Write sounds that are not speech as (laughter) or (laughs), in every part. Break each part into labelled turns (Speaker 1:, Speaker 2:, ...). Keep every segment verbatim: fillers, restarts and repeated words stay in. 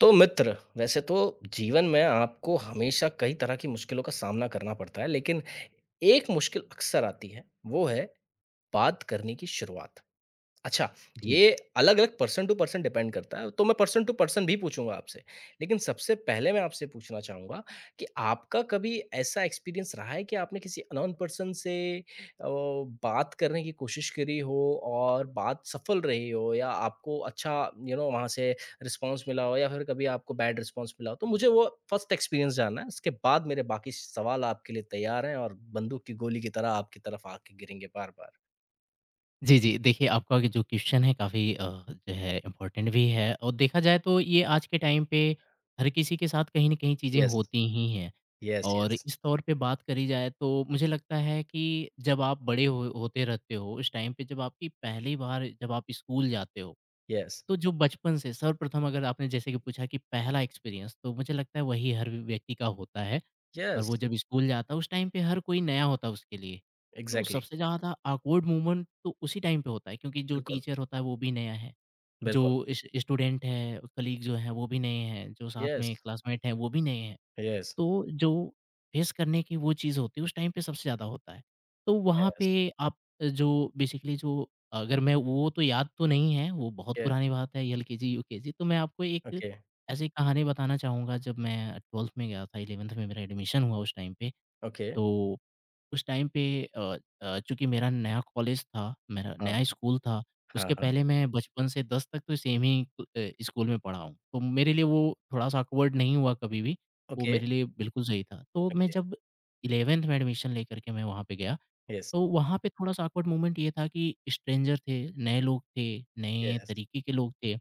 Speaker 1: तो मित्र, वैसे तो जीवन में आपको हमेशा कई तरह की मुश्किलों का सामना करना पड़ता है, लेकिन एक मुश्किल अक्सर आती है, वो है बात करने की शुरुआत। अच्छा,
Speaker 2: जी।
Speaker 1: ये अलग-अलग पर्सन टू पर्सन डिपेंड करता है, तो मैं पर्सन टू पर्सन भी पूछूँगा आपसे। लेकिन सबसे पहले मैं आपसे पूछना चाहूँगा कि आपका कभी ऐसा एक्सपीरियंस रहा है कि आपने किसी अननोन पर्सन से अ, बात करने की कोशिश करी हो और बात सफल रही हो या आपको अच्छा यू नो वहाँ से रिस्पॉन्स मिला हो या फिर कभी आपको बैड रिस्पॉन्स मिला हो? तो मुझे वो फर्स्ट एक्सपीरियंस जानना है, उसके बाद मेरे बाकी सवाल आपके लिए तैयार हैं और बंदूक की गोली की तरह आपकी तरफ आके गिरेंगे बार-बार।
Speaker 2: जी, जी। देखिए आपका कि जो क्वेश्चन है काफ़ी अ, जो है इम्पोर्टेंट भी है और देखा जाए तो ये आज के टाइम पे हर किसी के साथ कहीं न कहीं चीज़ें
Speaker 1: यस,
Speaker 2: होती ही हैं।
Speaker 1: यस,
Speaker 2: और
Speaker 1: यस,
Speaker 2: इस तौर पे बात करी जाए तो मुझे लगता है कि जब आप बड़े हो होते रहते हो, उस टाइम पे जब आपकी पहली बार जब आप स्कूल जाते हो,
Speaker 1: यस।
Speaker 2: तो जो बचपन से सर्वप्रथम अगर आपने जैसे कि पूछा कि पहला एक्सपीरियंस तो मुझे लगता है वही हर व्यक्ति का होता है। और
Speaker 1: Yes,
Speaker 2: वो जब स्कूल जाता है उस टाइम पे हर कोई नया होता है उसके लिए। तो
Speaker 1: एग्ज़ैक्टली,
Speaker 2: सबसे ज़्यादा ऑकवर्ड मोमेंट तो उसी टाइम पे होता है क्योंकि जो
Speaker 1: बिल्कुल,
Speaker 2: टीचर होता है वो भी नया है,
Speaker 1: बिल्कुल,
Speaker 2: जो इस स्टूडेंट है, कलीग जो हैं वो भी नए हैं, जो साथ
Speaker 1: यस,
Speaker 2: में क्लासमेट हैं वो भी नए हैं।
Speaker 1: यस,
Speaker 2: तो जो फेस करने की वो चीज़ होती है उस टाइम पे सबसे ज़्यादा होता है। तो वहाँ
Speaker 1: यस,
Speaker 2: पे आप अ, जो बेसिकली जो अगर मैं वो तो याद तो नहीं है, वो बहुत
Speaker 1: या
Speaker 2: पुरानी बात है एलकेजी, यूकेजी तो मैं आपको एक
Speaker 1: ओके,
Speaker 2: ऐसी कहानी बताना चाहूँगा जब मैं ट्वेल्थ में गया था, इलेवन्थ में मेरा एडमिशन हुआ उस टाइम पे।
Speaker 1: ओके,
Speaker 2: तो उस टाइम पे अ अ, चूँकि मेरा नया कॉलेज था, मेरा
Speaker 1: हाँ,
Speaker 2: नया स्कूल था,
Speaker 1: हाँ,
Speaker 2: उसके
Speaker 1: हाँ,
Speaker 2: पहले मैं बचपन से दस तक तो सेम ही क- अ, स्कूल में पढ़ा हूँ। तो मेरे लिए वो थोड़ा-सा ऑकवर्ड नहीं हुआ कभी भी, वो
Speaker 1: ओके,
Speaker 2: मेरे लिए बिल्कुल सही था। तो मैं
Speaker 1: ओके,
Speaker 2: जब इलेवन्थ में एडमिशन लेकर के मैं वहाँ पे गया,
Speaker 1: यस,
Speaker 2: तो वहाँ पे थोड़ा-सा ऑकवर्ड मोमेंट ये था कि स्ट्रेंजर थे, नए लोग थे, नए
Speaker 1: यस,
Speaker 2: तरीके के लोग थे,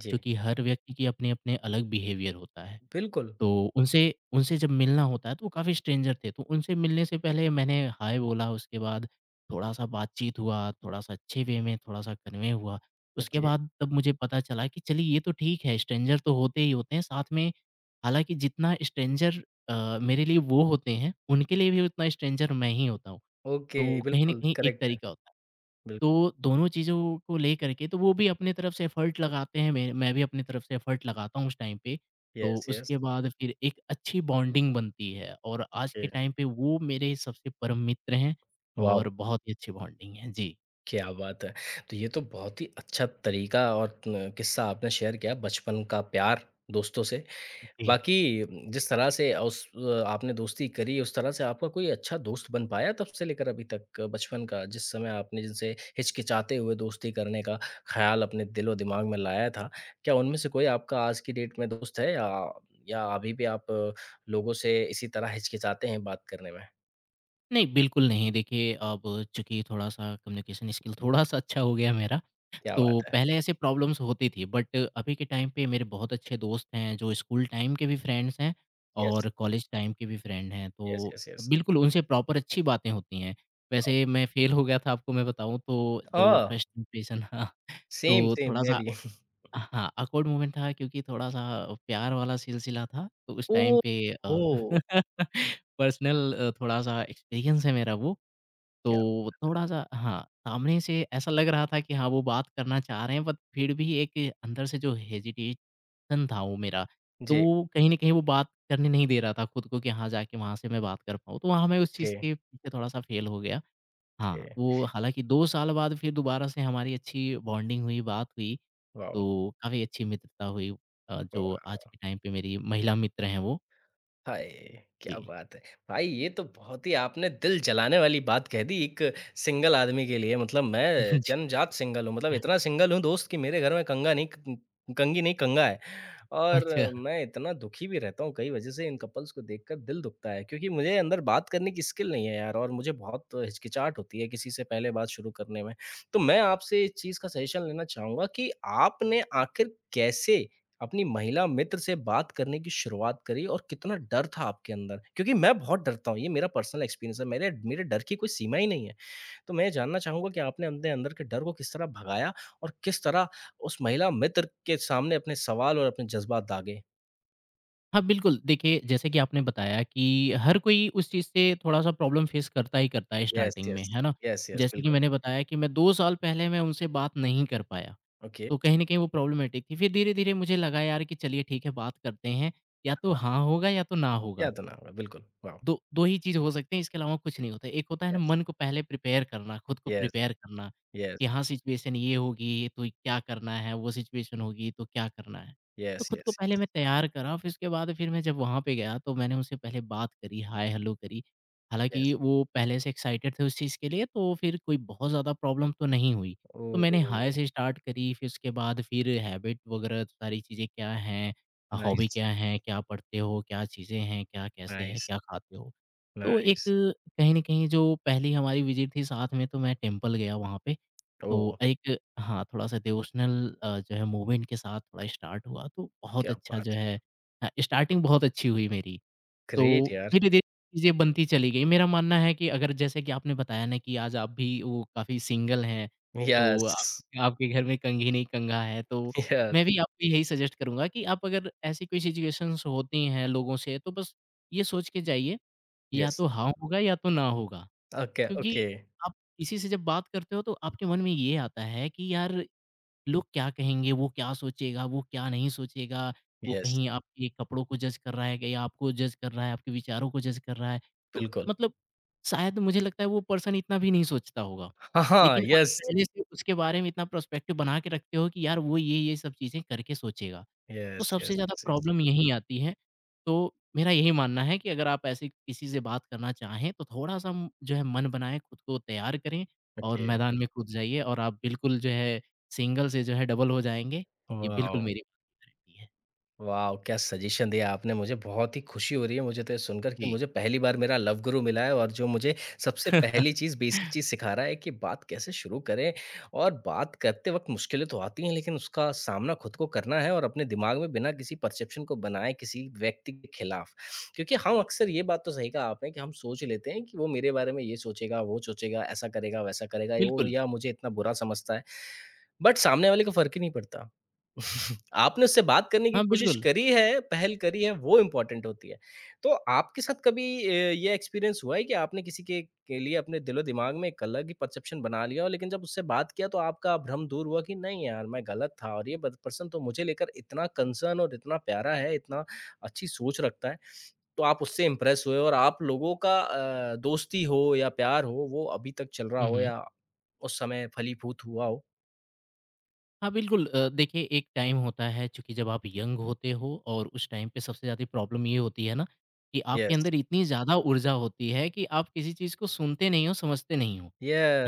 Speaker 1: जी,
Speaker 2: हर व्यक्ति की अपने-अपने अलग बिहेवियर होता है।
Speaker 1: बिल्कुल,
Speaker 2: तो उनसे उनसे जब मिलना होता है तो वो काफ़ी स्ट्रेंजर थे, तो उनसे मिलने से पहले मैंने हाय बोला, उसके बाद थोड़ा-सा बातचीत हुआ, थोड़ा-सा अच्छे वे में थोड़ा-सा कन्वे हुआ। उसके
Speaker 1: ओके,
Speaker 2: बाद तब मुझे पता चला कि चलिए ये तो ठीक है, स्ट्रेंजर तो होते ही होते हैं, साथ में हालाँकि जितना स्ट्रेंजर अ, मेरे लिए वो होते हैं, उनके लिए भी उतना स्ट्रेंजर मैं ही होता हूँ।
Speaker 1: ओके,
Speaker 2: तो कहीं न
Speaker 1: बिल्कुल
Speaker 2: कहीं एक
Speaker 1: करेक्ट है,
Speaker 2: तरीका होता है।
Speaker 1: बिल्कुल,
Speaker 2: तो दोनों चीज़ों को लेकर के तो वो भी अपने तरफ से एफ़र्ट लगाते हैं, मैं मैं भी अपनी तरफ से एफ़र्ट लगाता हूँ उस टाइम पे। तो
Speaker 1: यस, यस,
Speaker 2: उसके बाद फिर एक अच्छी बॉन्डिंग बनती है और आज
Speaker 1: ओके,
Speaker 2: के टाइम पे वो मेरे सबसे परम मित्र हैं
Speaker 1: वॉव!
Speaker 2: और बहुत ही अच्छी बॉन्डिंग है। जी।
Speaker 1: क्या बात है! तो ये तो बहुत ही अच्छा तरीका और न किस्सा आपने शेयर किया बचपन का प्यार दोस्तों से
Speaker 2: जी।
Speaker 1: बाकी जिस तरह से उस अ, आपने दोस्ती करी, उस तरह से आपका कोई अच्छा दोस्त बन पाया तब से लेकर अभी तक बचपन का, जिस समय आपने जिनसे हिचकिचाते हुए दोस्ती करने का ख़्याल अपने दिलो-दिमाग में लाया था, क्या उनमें से कोई आपका आज की डेट में दोस्त है या या अभी भी आप लोगों से इसी तरह हिचकिचाते हैं बात करने में?
Speaker 2: नहीं, बिल्कुल नहीं। देखिए अब चूँकि थोड़ा-सा कम्युनिकेशन स्किल थोड़ा-सा अच्छा हो गया मेरा,
Speaker 1: क्या बात
Speaker 2: तो
Speaker 1: है!
Speaker 2: पहले ऐसे प्रॉब्लम्स होती थी बट अभी के टाइम पे मेरे बहुत अच्छे दोस्त हैं जो स्कूल टाइम के भी फ्रेंड्स हैं
Speaker 1: यस,
Speaker 2: और कॉलेज टाइम के भी फ्रेंड हैं
Speaker 1: यस,
Speaker 2: तो
Speaker 1: यस, यस।
Speaker 2: बिल्कुल उनसे प्रॉपर अच्छी बातें होती हैं। वैसे मैं फेल हो गया था, आपको मैं बताऊँ तो जो
Speaker 1: ओह!
Speaker 2: फर्स्ट इम्प्रेशन (laughs) हाँ,
Speaker 1: सेम,
Speaker 2: तो
Speaker 1: सेम मैं
Speaker 2: थोड़ा-सा
Speaker 1: भी। (laughs)
Speaker 2: हाँ, ऑकवर्ड मोमेंट था क्योंकि थोड़ा-सा प्यार वाला सिलसिला था तो उस टाइम
Speaker 1: ओह!
Speaker 2: पे अ,
Speaker 1: ओह!
Speaker 2: पर्सनल (laughs) अ, थोड़ा-सा एक्सपीरियंस है मेरा वो। तो
Speaker 1: क्या
Speaker 2: थोड़ा-सा हाँ, सामने से ऐसा लग रहा था कि हाँ, वो बात करना चाह रहे हैं बट फिर भी एक अंदर से जो हेजिटेशन था वो मेरा, तो
Speaker 1: जी,
Speaker 2: वो कहीं न कहीं वो बात करने नहीं दे रहा था खुद को कि हाँ, जाके वहाँ से मैं बात कर पाऊँ। तो वहाँ मैं उस चीज़
Speaker 1: के,
Speaker 2: के पीछे थोड़ा-सा फ़ेल हो गया। हाँ,
Speaker 1: के
Speaker 2: वो हालाँकि दो साल बाद फिर दोबारा से हमारी अच्छी बॉन्डिंग हुई, बात हुई,
Speaker 1: वाओ!
Speaker 2: तो काफ़ी अच्छी मित्रता हुई, अ, जो आज के टाइम पे मेरी महिला मित्र हैं वो।
Speaker 1: हाय!
Speaker 2: जी।
Speaker 1: क्या बात है। भाई ये तो बहुत ही आपने दिल जलाने वाली बात कह दी एक सिंगल आदमी के लिए मतलब
Speaker 2: (laughs)
Speaker 1: मैं
Speaker 2: जी।
Speaker 1: जन्मजात सिंगल हूँ। मतलब इतना सिंगल हूँ दोस्त कि मेरे घर में कंघा नहीं क कंघी नहीं कंघा है। और
Speaker 2: अच्छा।
Speaker 1: मैं इतना दुखी भी रहता हूँ कई वजह से इन कपल्स को देखकर दिल दुखता है क्योंकि मुझे अंदर बात करने की स्किल नहीं है यार और मुझे बहुत हिचकिचाहट होती है किसी से पहले बात शुरू करने में। तो मैं आपसे इस चीज़ का सजेशन लेना चाहूँगा कि आपने आखिर कैसे अपनी महिला मित्र से बात करने की शुरुआत करी और कितना डर था आपके अंदर? क्योंकि मैं बहुत डरता हूँ, ये मेरा पर्सनल एक्सपीरियंस है, मेरे मेरे डर की कोई सीमा ही नहीं है। तो मैं ये जानना चाहूँगा कि आपने अपने अंदर के डर को किस तरह भगाया और किस तरह उस महिला मित्र के सामने अपने सवाल और अपने जज़्बात दागे?
Speaker 2: हाँ, बिल्कुल। देखिए, जैसे कि आपने बताया कि हर कोई उस चीज़ से थोड़ा-सा प्रॉब्लम फेस करता ही करता है
Speaker 1: यस,
Speaker 2: स्टार्टिंग में,
Speaker 1: यस।
Speaker 2: है ना?
Speaker 1: यस, यस,
Speaker 2: जैसे कि
Speaker 1: बिल्कुल।
Speaker 2: मैंने बताया कि मैं दो साल पहले मैं उनसे बात नहीं कर पाया,
Speaker 1: ओके,
Speaker 2: तो कहीं न कहीं वो प्रॉब्लमैटिक थी। फिर धीरे-धीरे मुझे लगा यार कि चलिए ठीक है, बात करते हैं, या तो
Speaker 1: हाँ,
Speaker 2: हाँ होगा या तो ना होगा।
Speaker 1: याद तो ना होगा, बिल्कुल, वाओ!
Speaker 2: दो 2 ही चीज़ हो सकते हैं, इसके अलावा कुछ नहीं होता है। एक होता है ना
Speaker 1: यस,
Speaker 2: मन को पहले प्रिपेयर करना, खुद को
Speaker 1: यस,
Speaker 2: प्रिपेयर करना, कि
Speaker 1: यस,
Speaker 2: हाँ सिचुएशन ये होगी तो क्या करना है, वो सिचुएशन होगी तो क्या करना है। तो
Speaker 1: यस,
Speaker 2: खुद को
Speaker 1: यस,
Speaker 2: पहले
Speaker 1: यस,
Speaker 2: मैं तैयार करा, फिर उसके बाद फिर मैं जब वहाँ पे गया तो मैंने उनसे पहले बात करी, हाय हेलो करी। हालाँकि
Speaker 1: यस।
Speaker 2: वो पहले से एक्साइटेड थे उस चीज़ के लिए तो फिर कोई बहुत ज़्यादा प्रॉब्लम तो नहीं हुई। तो मैंने हाय
Speaker 1: ओह!
Speaker 2: से स्टार्ट करी, फिर उसके बाद फिर हैबिट वगैरह सारी चीज़ें क्या हैं, हॉबी
Speaker 1: नाइस,
Speaker 2: क्या है, क्या पढ़ते हो, क्या चीज़ें हैं, क्या कैसे है,
Speaker 1: नाइस,
Speaker 2: क्या खाते हो? तो एक
Speaker 1: नाइस।
Speaker 2: कहीं न कहीं जो पहली हमारी विज़िट थी साथ में तो मैं टेम्पल गया वहाँ पे। तो
Speaker 1: ओह!
Speaker 2: एक हाँ, थोड़ा-सा डिवोशनल अ, जो है मूवमेंट के साथ थोड़ा स्टार्ट हुआ तो बहुत
Speaker 1: क्या
Speaker 2: अच्छा जो
Speaker 1: बात है।
Speaker 2: है अ, स्टार्टिंग बहुत अच्छी हुई मेरी।
Speaker 1: ग्रेट
Speaker 2: तो
Speaker 1: यार।
Speaker 2: धीरे-धीरे चीज़ें बनती चली गई। मेरा मानना है कि अगर जैसे कि आपने बताया ना कि आज आप भी वो काफ़ी सिंगल हैं, तो आप
Speaker 1: Yes,
Speaker 2: आपके घर में कंघी नहीं कंघा है, तो
Speaker 1: yes,
Speaker 2: मैं भी आपको यही सजेस्ट करूँगा कि आप अगर ऐसी कोई सिचुएशंस होती हैं लोगों से, तो बस ये सोच के जाइए, या
Speaker 1: yes.
Speaker 2: तो हाँ होगा या तो ना होगा।
Speaker 1: Okay,
Speaker 2: क्योंकि
Speaker 1: okay.
Speaker 2: आप किसी से जब बात करते हो तो आपके मन में ये आता है कि यार लोग क्या कहेंगे, वो क्या सोचेगा, वो क्या नहीं सोचेगा, वो
Speaker 1: Yes,
Speaker 2: कहीं आपके कपड़ों को जज कर रहा है, कहीं आपको जज कर रहा है, आपके विचारों को जज कर रहा है। तो
Speaker 1: बिल्कुल।
Speaker 2: मतलब शायद मुझे लगता है वो पर्सन इतना भी नहीं सोचता होगा।
Speaker 1: हाँ, हाँ,
Speaker 2: लेकिन आप
Speaker 1: Yes.
Speaker 2: पहले से उसके बारे में इतना पर्सपेक्टिव बना के रखते हो कि यार वो ये, ये सब चीज़ें करके सोचेगा। तो
Speaker 1: Yes. Yes.
Speaker 2: सबसे ज़्यादा
Speaker 1: Yes. यस।
Speaker 2: प्रॉब्लम यहीं आती है। तो मेरा यही मानना है कि अगर आप ऐसे किसी से बात करना चाहें तो थोड़ा-सा म जो है मन बनाएँ, खुद को तैयार करें और
Speaker 1: ओके,
Speaker 2: मैदान में कूद जाइए और आप बिल्कुल जो है सिंगल से जो है डबल हो जाएँगे। ये
Speaker 1: वाओ!
Speaker 2: बिल्कुल मेरी गारंटी है।
Speaker 1: वाओ! क्या सजेशन दिया आपने मुझे, बहुत ही खुशी हो रही है मुझे तो ये सुनकर कि
Speaker 2: जी,
Speaker 1: मुझे पहली बार मेरा लव गुरु मिला है और जो मुझे सबसे पहली चीज़, बेसिक चीज़ सिखा रहा है कि बात कैसे शुरू करें और बात करते वक़्त मुश्किलें तो आती हैं, लेकिन उसका सामना खुद को करना है और अपने दिमाग में बिना किसी परसेप्शन को बनाए किसी व्यक्ति के खिलाफ। क्योंकि हम अक्सर ये बात तो सही कहा आपने कि हम सोच लेते हैं कि वो मेरे बारे में ये सोचेगा, वो सोचेगा, ऐसा करेगा, वैसा करेगा, वो
Speaker 2: बिल्कुल।
Speaker 1: या मुझे इतना बुरा समझता है। बट सामने वाले को फ़र्क ही नहीं पड़ता। (laughs) आपने उससे बात करने की
Speaker 2: हाँ,
Speaker 1: कोशिश
Speaker 2: बिल्कुल।
Speaker 1: करी है, पहल करी है, वो इम्पोर्टेंट होती है। तो आपके साथ कभी अ, ये एक्सपीरियंस हुआ है कि आपने किसी के के लिए अपने दिलो-दिमाग में एक अलग ही परसेप्शन बना लिया हो, लेकिन जब उससे बात किया तो आपका भ्रम दूर हुआ कि नहीं यार, मैं गलत था और ये ब पर्सन तो मुझे लेकर इतना कंसर्न और इतना प्यारा है, इतना अच्छी सोच रखता है। तो आप उससे इम्प्रेस हुए और आप लोगों का अ, दोस्ती हो या प्यार हो, वो अभी तक चल रहा
Speaker 2: हुँ,
Speaker 1: हो
Speaker 2: हुँ।
Speaker 1: या उस समय फलीभूत हुआ हो?
Speaker 2: हाँ, बिल्कुल अ, देखिए एक टाइम होता है चूँकि जब आप यंग होते हो और उस टाइम पे सबसे ज़्यादा प्रॉब्लम ये होती है ना कि आपके
Speaker 1: यस,
Speaker 2: अंदर इतनी ज़्यादा ऊर्जा होती है कि आप किसी चीज़ को सुनते नहीं हो, समझते नहीं हो।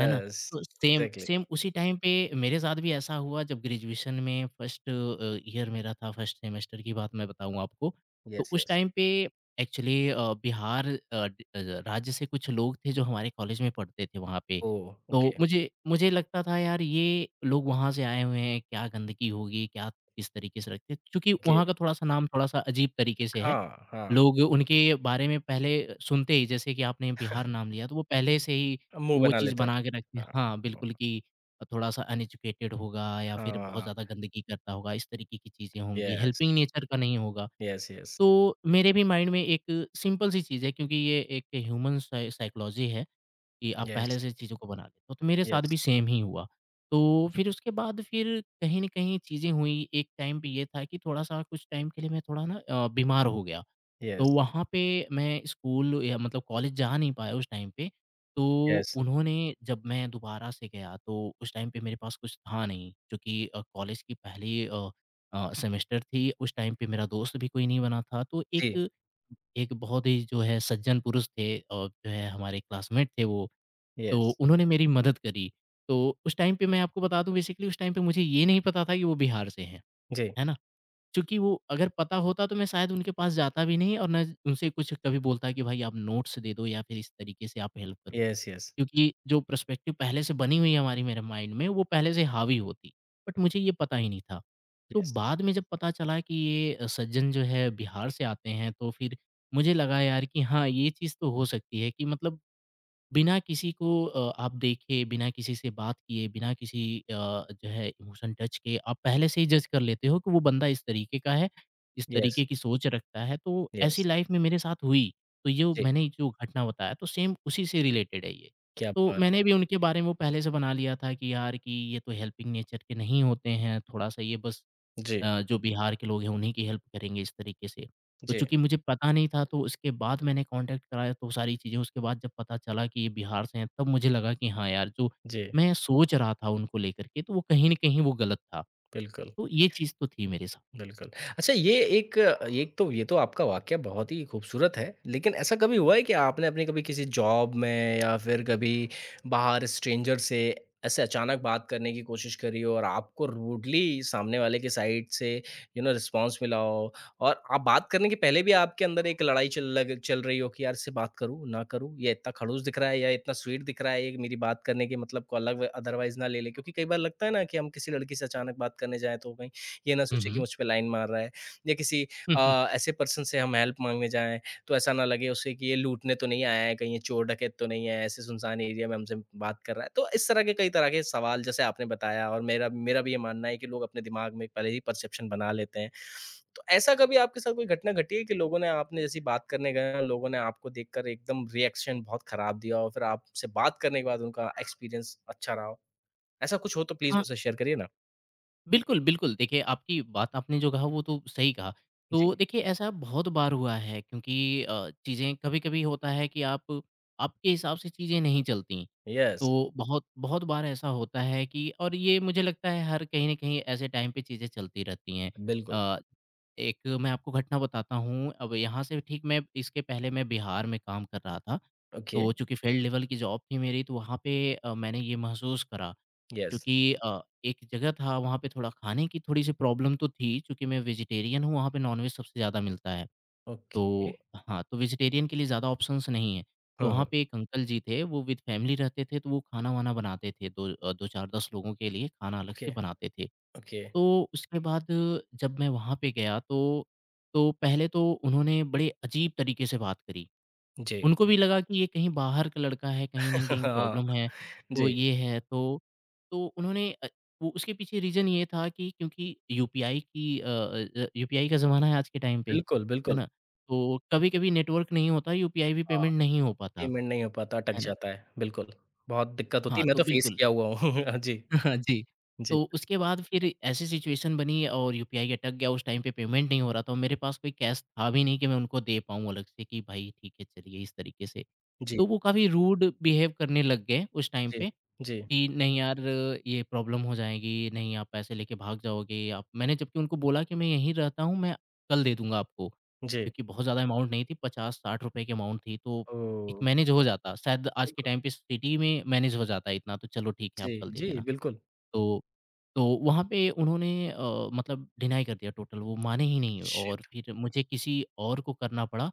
Speaker 2: है ना? तो सेम
Speaker 1: एग्ज़ैक्टली।
Speaker 2: सेम उसी टाइम पे मेरे साथ भी ऐसा हुआ जब ग्रेजुएशन में फर्स्ट अ, ईयर मेरा था, फर्स्ट सेमेस्टर की बात मैं बताऊँ आपको। तो
Speaker 1: यस,
Speaker 2: उस
Speaker 1: यस।
Speaker 2: टाइम पे एक्चुअली अ, बिहार अ, ड अ, राज्य से कुछ लोग थे जो हमारे कॉलेज में पढ़ते थे वहाँ पे।
Speaker 1: ओह!
Speaker 2: तो
Speaker 1: ओके,
Speaker 2: मुझे मुझे लगता था यार ये लोग वहाँ से आए हुए हैं, क्या गंदगी होगी, क्या किस तरीके से रखते हैं? चूँकि
Speaker 1: ओके।
Speaker 2: वहाँ का थोड़ा-सा नाम थोड़ा-सा अजीब तरीके से है।
Speaker 1: हाँ, हाँ,
Speaker 2: लोग उनके बारे में पहले सुनते ही जैसे कि आपने बिहार नाम लिया, तो वो पहले से ही
Speaker 1: मुँह
Speaker 2: वो
Speaker 1: बना
Speaker 2: चीज़
Speaker 1: लेते हैं।
Speaker 2: बना के रखते हैं,
Speaker 1: हाँ,
Speaker 2: हाँ,
Speaker 1: हुँ,
Speaker 2: बिल्कुल, कि थोड़ा-सा अनएजुकेटेड होगा या फिर बहुत
Speaker 1: हाँ,
Speaker 2: ज़्यादा गंदगी करता होगा, इस तरीके की चीज़ें होंगी,
Speaker 1: यस,
Speaker 2: हेल्पिंग नेचर का नहीं होगा।
Speaker 1: यस, यस,
Speaker 2: तो मेरे भी माइंड में एक सिंपल सी चीज़ है क्योंकि ये एक ह्यूमन साइ साइकोलॉजी है कि आप
Speaker 1: यस,
Speaker 2: पहले से चीज़ों को बना लेते हो, तो मेरे साथ
Speaker 1: यस,
Speaker 2: भी सेम ही हुआ। तो फिर उसके बाद फिर कहीं न कहीं चीज़ें हुई, एक टाइम पे ये था कि थोड़ा-सा कुछ टाइम के लिए मैं थोड़ा ना अ, बीमार हो गया। तो
Speaker 1: यस,
Speaker 2: वहाँ पे मैं स्कूल या मतलब कॉलेज जा नहीं पाया उस टाइम पे। तो
Speaker 1: यस,
Speaker 2: उन्होंने जब मैं दोबारा से गया तो उस टाइम पे मेरे पास कुछ था नहीं क्योंकि अ, कॉलेज की पहली अ अ, सेमेस्टर थी। उस टाइम पे मेरा दोस्त भी कोई नहीं बना था। तो
Speaker 1: जी,
Speaker 2: एक एक बहुत ही जो है सज्जन पुरुष थे और जो है हमारे क्लासमेट थे वो, तो
Speaker 1: यस,
Speaker 2: उन्होंने मेरी मदद करी। तो उस टाइम पे मैं आपको बता दूँ बेसिकली उस टाइम पे मुझे ये नहीं पता था कि वो बिहार से हैं।
Speaker 1: जी,
Speaker 2: है ना? चूँकि वो अगर पता होता तो मैं शायद उनके पास जाता भी नहीं और ना उनसे कुछ कभी बोलता कि भाई आप नोट्स दे दो या फिर इस तरीके से आप हेल्प करो।
Speaker 1: यस, यस,
Speaker 2: क्योंकि जो पर्सपेक्टिव पहले से बनी हुई है हमारी मेरे माइंड में वो पहले से हावी होती। बट मुझे ये पता ही नहीं था। तो
Speaker 1: यस,
Speaker 2: बाद में जब पता चला कि ये अ, सज्जन जो है बिहार से आते हैं तो फिर मुझे लगा यार कि हाँ, ये चीज़ तो हो सकती है कि मतलब बिना किसी को अ, आप देखे, बिना किसी से बात किए, बिना किसी अ, जो है इमोशन टच किए आप पहले से ही जज कर लेते हो कि वो बंदा इस तरीके का है, इस
Speaker 1: यस,
Speaker 2: तरीके की सोच रखता है। तो ऐसी
Speaker 1: यस,
Speaker 2: लाइफ में मेरे साथ हुई, तो यो
Speaker 1: जी,
Speaker 2: मैंने जो घटना बताया तो सेम उसी से रिलेटेड है ये।
Speaker 1: क्या
Speaker 2: तो
Speaker 1: बात!
Speaker 2: मैंने भी उनके बारे में वो पहले से बना लिया था कि यार कि ये तो हेल्पिंग नेचर के नहीं होते हैं, थोड़ा-सा ये बस
Speaker 1: जी,
Speaker 2: अ, जो बिहार के लोग हैं उन्हीं की हेल्प करेंगे इस तरीके से। तो
Speaker 1: जी,
Speaker 2: चूँकि मुझे पता नहीं था तो उसके बाद मैंने कॉन्टैक्ट कराया तो सारी चीज़ें उसके बाद जब पता चला कि ये बिहार से हैं, तब मुझे लगा कि हाँ यार जो
Speaker 1: जी,
Speaker 2: मैं सोच रहा था उनको लेकर के तो वो कहीं न कहीं वो गलत था।
Speaker 1: बिल्कुल।
Speaker 2: तो ये चीज़ तो थी मेरे साथ।
Speaker 1: बिल्कुल। अच्छा ये एक एक तो ये तो आपका वाक़या बहुत ही खूबसूरत है, लेकिन ऐसा कभी हुआ है कि आपने अपनी कभी किसी जॉब में या फिर कभी बाहर स्ट्रेंजर से ऐसे अचानक बात करने की कोशिश करी हो और आपको रूडली सामने वाले की साइड से यू नो रिस्पॉन्स मिला हो और आप बात करने के पहले भी आपके अंदर एक लड़ाई चल लग चल रही हो कि यार इससे बात करूँ, ना करूँ? ये इतना खड़ूस दिख रहा है या इतना स्वीट दिख रहा है, ये मेरी बात करने के मतलब को अलग व अदरवाइज़ ना ले ले? क्योंकि कई बार लगता है ना कि हम किसी लड़की से अचानक बात करने जाएँ तो कहीं ये ना
Speaker 2: हुँ,
Speaker 1: सोचे कि
Speaker 2: हुँ।
Speaker 1: मुझ पे लाइन मार रहा है या किसी
Speaker 2: हुँ, हुँ।
Speaker 1: अ, ऐसे पर्सन से हम हेल्प माँगने जाएँ, तो ऐसा ना लगे उसे कि ये लूटने तो नहीं आया है, कहीं ये चोर-डकैत तो नहीं है, ऐसे सुनसान एरिया में हमसे बात कर रहा है। तो इस तरह के कई तरह के सवाल जैसे आपने बताया और मेरा मेरा भी ये मानना है कि लोग अपने दिमाग में पहले ही परसेप्शन बना लेते हैं। तो ऐसा कभी आपके साथ कोई घटना घटी है कि लोगों ने आपने जैसी बात करने गए और लोगों ने आपको देखकर एकदम रिएक्शन बहुत खराब दिया और फिर आपसे बात करने के बाद उनका एक्सपीरियंस अच्छा रहा हो? ऐसा कुछ हो तो प्लीज़
Speaker 2: हाँ,
Speaker 1: मुझसे शेयर करिए ना।
Speaker 2: बिल्कुल, बिल्कुल। देखिए आपकी बात आपने जो कहा वो तो सही कहा।
Speaker 1: जी।
Speaker 2: तो देखिए ऐसा बहुत बार हुआ है क्योंकि अ, चीज़ें कभी-कभी होता है कि आप आपके हिसाब से चीज़ें नहीं चलती।
Speaker 1: यस,
Speaker 2: तो बहुत बहुत बार ऐसा होता है कि और ये मुझे लगता है हर कहीं न कहीं ऐसे टाइम पे चीज़ें चलती रहती हैं।
Speaker 1: बिल्कुल।
Speaker 2: अ, एक मैं आपको घटना बताता हूँ, अब यहाँ से ठीक मैं इसके पहले मैं बिहार में काम कर रहा था,
Speaker 1: ओके,
Speaker 2: तो चूँकि फील्ड लेवल की जॉब थी मेरी तो वहाँ पे अ, मैंने ये महसूस करा,
Speaker 1: यस,
Speaker 2: चूँकि अ, एक जगह था वहाँ पे थोड़ा खाने की थोड़ी-सी प्रॉब्लम तो थी, चूँकि मैं वेजिटेरियन हूँ, वहाँ पे नॉन-वेज सबसे ज़्यादा मिलता है।
Speaker 1: ओके।
Speaker 2: तो हाँ, तो वेजिटेरियन के लिए ज़्यादा ऑप्शंस नहीं हैं।
Speaker 1: हाँ,
Speaker 2: तो
Speaker 1: हाँ,
Speaker 2: वहाँ पे एक अंकल जी थे, वो विद फैमिली रहते थे, तो वो खाना-वाना बनाते थे, दो अ, दो चार-दस लोगों के लिए खाना अलग
Speaker 1: ओके,
Speaker 2: से बनाते थे।
Speaker 1: ओके,
Speaker 2: तो उसके बाद जब मैं वहाँ पे गया तो तो पहले तो उन्होंने बड़े अजीब तरीके से बात करी।
Speaker 1: जी।
Speaker 2: उनको भी लगा कि ये कहीं बाहर का लड़का है, कहीं न
Speaker 1: (laughs)
Speaker 2: कहीं
Speaker 1: हाँ,
Speaker 2: प्रॉब्लम है, तो
Speaker 1: जी,
Speaker 2: ये है तो तो उन्होंने अ, वो उसके पीछे रीज़न ये था कि क्योंकि यूपीआई की अ अ, यूपीआई का ज़माना है आज के टाइम पे,
Speaker 1: बिल्कुल,
Speaker 2: है
Speaker 1: बिल्कुल।
Speaker 2: ना? तो कभी-कभी नेटवर्क नहीं होता, यूपीआई भी
Speaker 1: हाँ,
Speaker 2: पेमेंट नहीं हो पाता,
Speaker 1: पेमेंट नहीं हो पाता, अटक
Speaker 2: है ना?
Speaker 1: जाता है, बिल्कुल। बहुत दिक्कत होती
Speaker 2: हाँ,
Speaker 1: है, मैं
Speaker 2: तो
Speaker 1: तो फेस
Speaker 2: बिल्कुल।
Speaker 1: किया हुआ हूँ। (laughs) जी,
Speaker 2: (laughs) हाँ, जी।
Speaker 1: जी,
Speaker 2: तो उसके बाद फिर ऐसी सिचुएशन बनी और यूपीआई अटक गया, उस टाइम पे पेमेंट नहीं हो रहा था और मेरे पास कोई कैश था भी नहीं कि मैं उनको दे पाऊँ अलग से कि भाई ठीक है, चलिए इस तरीके से।
Speaker 1: जी,
Speaker 2: तो वो काफ़ी रूड बिहेव करने लग गए उस टाइम
Speaker 1: जी,
Speaker 2: पे
Speaker 1: जी,
Speaker 2: कि नहीं यार ये प्रॉब्लम हो जाएगी, नहीं आप पैसे लेके भाग जाओगे आप मैंने जबकि उनको बोला कि मैं यहीं रहता हूँ, मैं कल दे दूँगा आपको।
Speaker 1: जी।
Speaker 2: क्योंकि बहुत ज़्यादा अमाउंट नहीं थी, पचास साठ रुपए की अमाउंट थी तो एक
Speaker 1: ओह!
Speaker 2: मैनेज हो जाता, शायद आज के
Speaker 1: बिल्कुल,
Speaker 2: टाइम पे सिटी में मैनेज हो जाता है इतना तो चलो ठीक है
Speaker 1: जी,
Speaker 2: आप कल दे
Speaker 1: जी,
Speaker 2: देना।
Speaker 1: बिल्कुल।
Speaker 2: तो तो वहाँ पे उन्होंने अ, मतलब डिनाई कर दिया टोटल, वो माने ही नहीं और
Speaker 1: शिट!
Speaker 2: फिर मुझे किसी और को करना पड़ा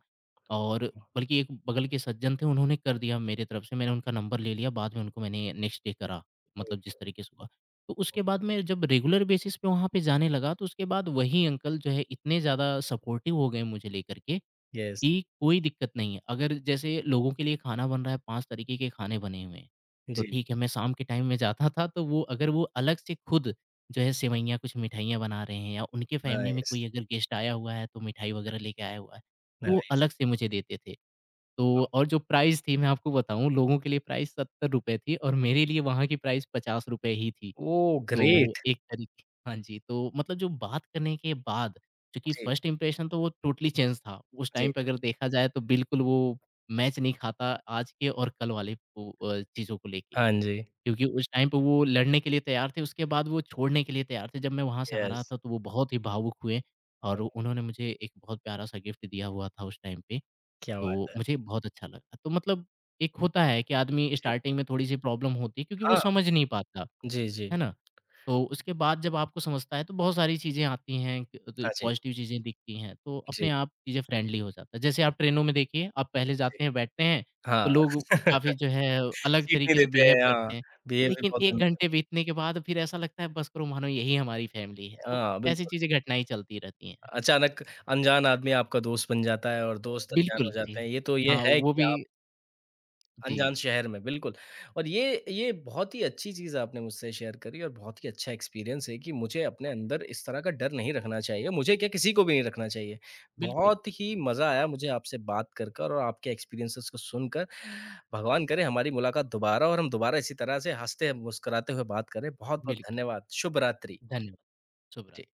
Speaker 2: और
Speaker 1: ओह!
Speaker 2: बल्कि एक बगल के सज्जन थे, उन्होंने कर दिया मेरी तरफ से, मैंने उनका नंबर ले लिया, बाद में उनको मैंने नेक्स्ट डे करा, मतलब जिस तरीके से हुआ। तो
Speaker 1: ओह!
Speaker 2: उसके बाद मैं जब रेगुलर बेसिस पे वहाँ पे जाने लगा, तो उसके बाद वही अंकल जो है इतने ज़्यादा सपोर्टिव हो गए मुझे लेकर के
Speaker 1: यस,
Speaker 2: कि कोई दिक्कत नहीं है। अगर जैसे लोगों के लिए खाना बन रहा है, पांच तरीके के खाने बने हुए हैं, तो
Speaker 1: जी,
Speaker 2: ठीक है मैं शाम के टाइम में जाता था तो वो अगर वो अलग से खुद जो है सेवइयाँ, कुछ मिठाइयाँ बना रहे हैं या उनके फैमिली में
Speaker 1: नाइस,
Speaker 2: कोई अगर गेस्ट आया हुआ है तो मिठाई वगैरह लेके आया हुआ है, तो वो
Speaker 1: नाइस।
Speaker 2: अलग से मुझे देते थे।
Speaker 1: वाओ!
Speaker 2: तो और जो प्राइस थी मैं आपको बताऊँ लोगों के लिए प्राइस ₹सत्तर रुपए थी और मेरे लिए वहाँ की प्राइस ₹पचास रुपए ही थी।
Speaker 1: ओह,
Speaker 2: तो
Speaker 1: ग्रेट!
Speaker 2: एक तरीके हाँ जी, तो मतलब जो बात करने के बाद क्योंकि
Speaker 1: जी,
Speaker 2: फर्स्ट इंप्रेशन तो वो टोटली चेंज था। उस
Speaker 1: जी,
Speaker 2: टाइम पे अगर देखा जाए तो बिल्कुल वो मैच नहीं खाता आज के और कल वाले को अ, चीज़ों को लेके।
Speaker 1: हाँ जी,
Speaker 2: क्योंकि उस टाइम पे वो लड़ने के लिए तैयार थे, उसके बाद वो छोड़ने के लिए तैयार थे। जब मैं वहाँ से आ
Speaker 1: यस,
Speaker 2: रहा था तो वो बहुत ही भावुक हुए और उन्होंने मुझे एक बहुत प्यारा-सा गिफ्ट दिया हुआ था उस टाइम पे,
Speaker 1: क्या बात
Speaker 2: तो
Speaker 1: है।
Speaker 2: मुझे बहुत अच्छा लगा। तो मतलब एक होता है कि आदमी
Speaker 1: जी,
Speaker 2: स्टार्टिंग में थोड़ी-सी प्रॉब्लम होती है क्योंकि वो
Speaker 1: हाँ,
Speaker 2: समझ नहीं पाता।
Speaker 1: जी, जी,
Speaker 2: है ना? तो उसके बाद जब आपको समझता है तो बहुत सारी चीज़ें आती हैं क द
Speaker 1: हाँ जी।
Speaker 2: पॉज़िटिव चीज़ें दिखती हैं, तो
Speaker 1: जी,
Speaker 2: अपने आप चीज़ें फ्रेंडली हो जाता है। जैसे आप ट्रेनों में देखिए, आप पहले
Speaker 1: जी।
Speaker 2: जाते हैं, बैठते हैं,
Speaker 1: हाँ,
Speaker 2: तो लोग काफ़ी
Speaker 1: (laughs)
Speaker 2: जो है अलग
Speaker 1: सीट नहीं
Speaker 2: तरीके से
Speaker 1: देते
Speaker 2: बिहेव
Speaker 1: हैं, हाँ,
Speaker 2: करते हैं।
Speaker 1: बिहेव भी
Speaker 2: लेकिन
Speaker 1: बहुत
Speaker 2: एक
Speaker 1: गंदा
Speaker 2: घंटे बीतने के बाद फिर ऐसा लगता है बस करो मानो यही हमारी फ़ैमिली है।
Speaker 1: करते हैं।
Speaker 2: तो
Speaker 1: हाँ,
Speaker 2: ऐसी
Speaker 1: बिल्कुल,
Speaker 2: चीज़ें घटनाएँ चलती रहती हैं।
Speaker 1: अचानक अनजान आदमी आपका दोस्त बन जाता है और दोस्त अनजान
Speaker 2: बिल्कुल,
Speaker 1: हो
Speaker 2: जी।
Speaker 1: जाते हैं। ये तो ये
Speaker 2: हाँ,
Speaker 1: है
Speaker 2: वो
Speaker 1: कि
Speaker 2: भी
Speaker 1: आप अनजान
Speaker 2: जी,
Speaker 1: शहर में, बिल्कुल। और ये ये बहुत ही अच्छी चीज़ आपने मुझसे शेयर करी और बहुत ही अच्छा एक्सपीरियंस है कि मुझे अपने अंदर इस तरह का डर नहीं रखना चाहिए, मुझे क्या किसी को भी नहीं रखना चाहिए।
Speaker 2: बिल्कुल,
Speaker 1: बहुत ही मज़ा आया मुझे आपसे बात कर, कर और आपके एक्सपीरियंसेस को सुनकर। भगवान करे हमारी मुलाकात दोबारा और हम दोबारा इसी तरह से हँसते मुस्कुराते हुए बात करें। बहुत-बहुत
Speaker 2: बिल्कुल।
Speaker 1: धन्यवाद। शुभ रात्रि।
Speaker 2: धन्यवाद। शुभ
Speaker 1: जी।
Speaker 2: रात्रि।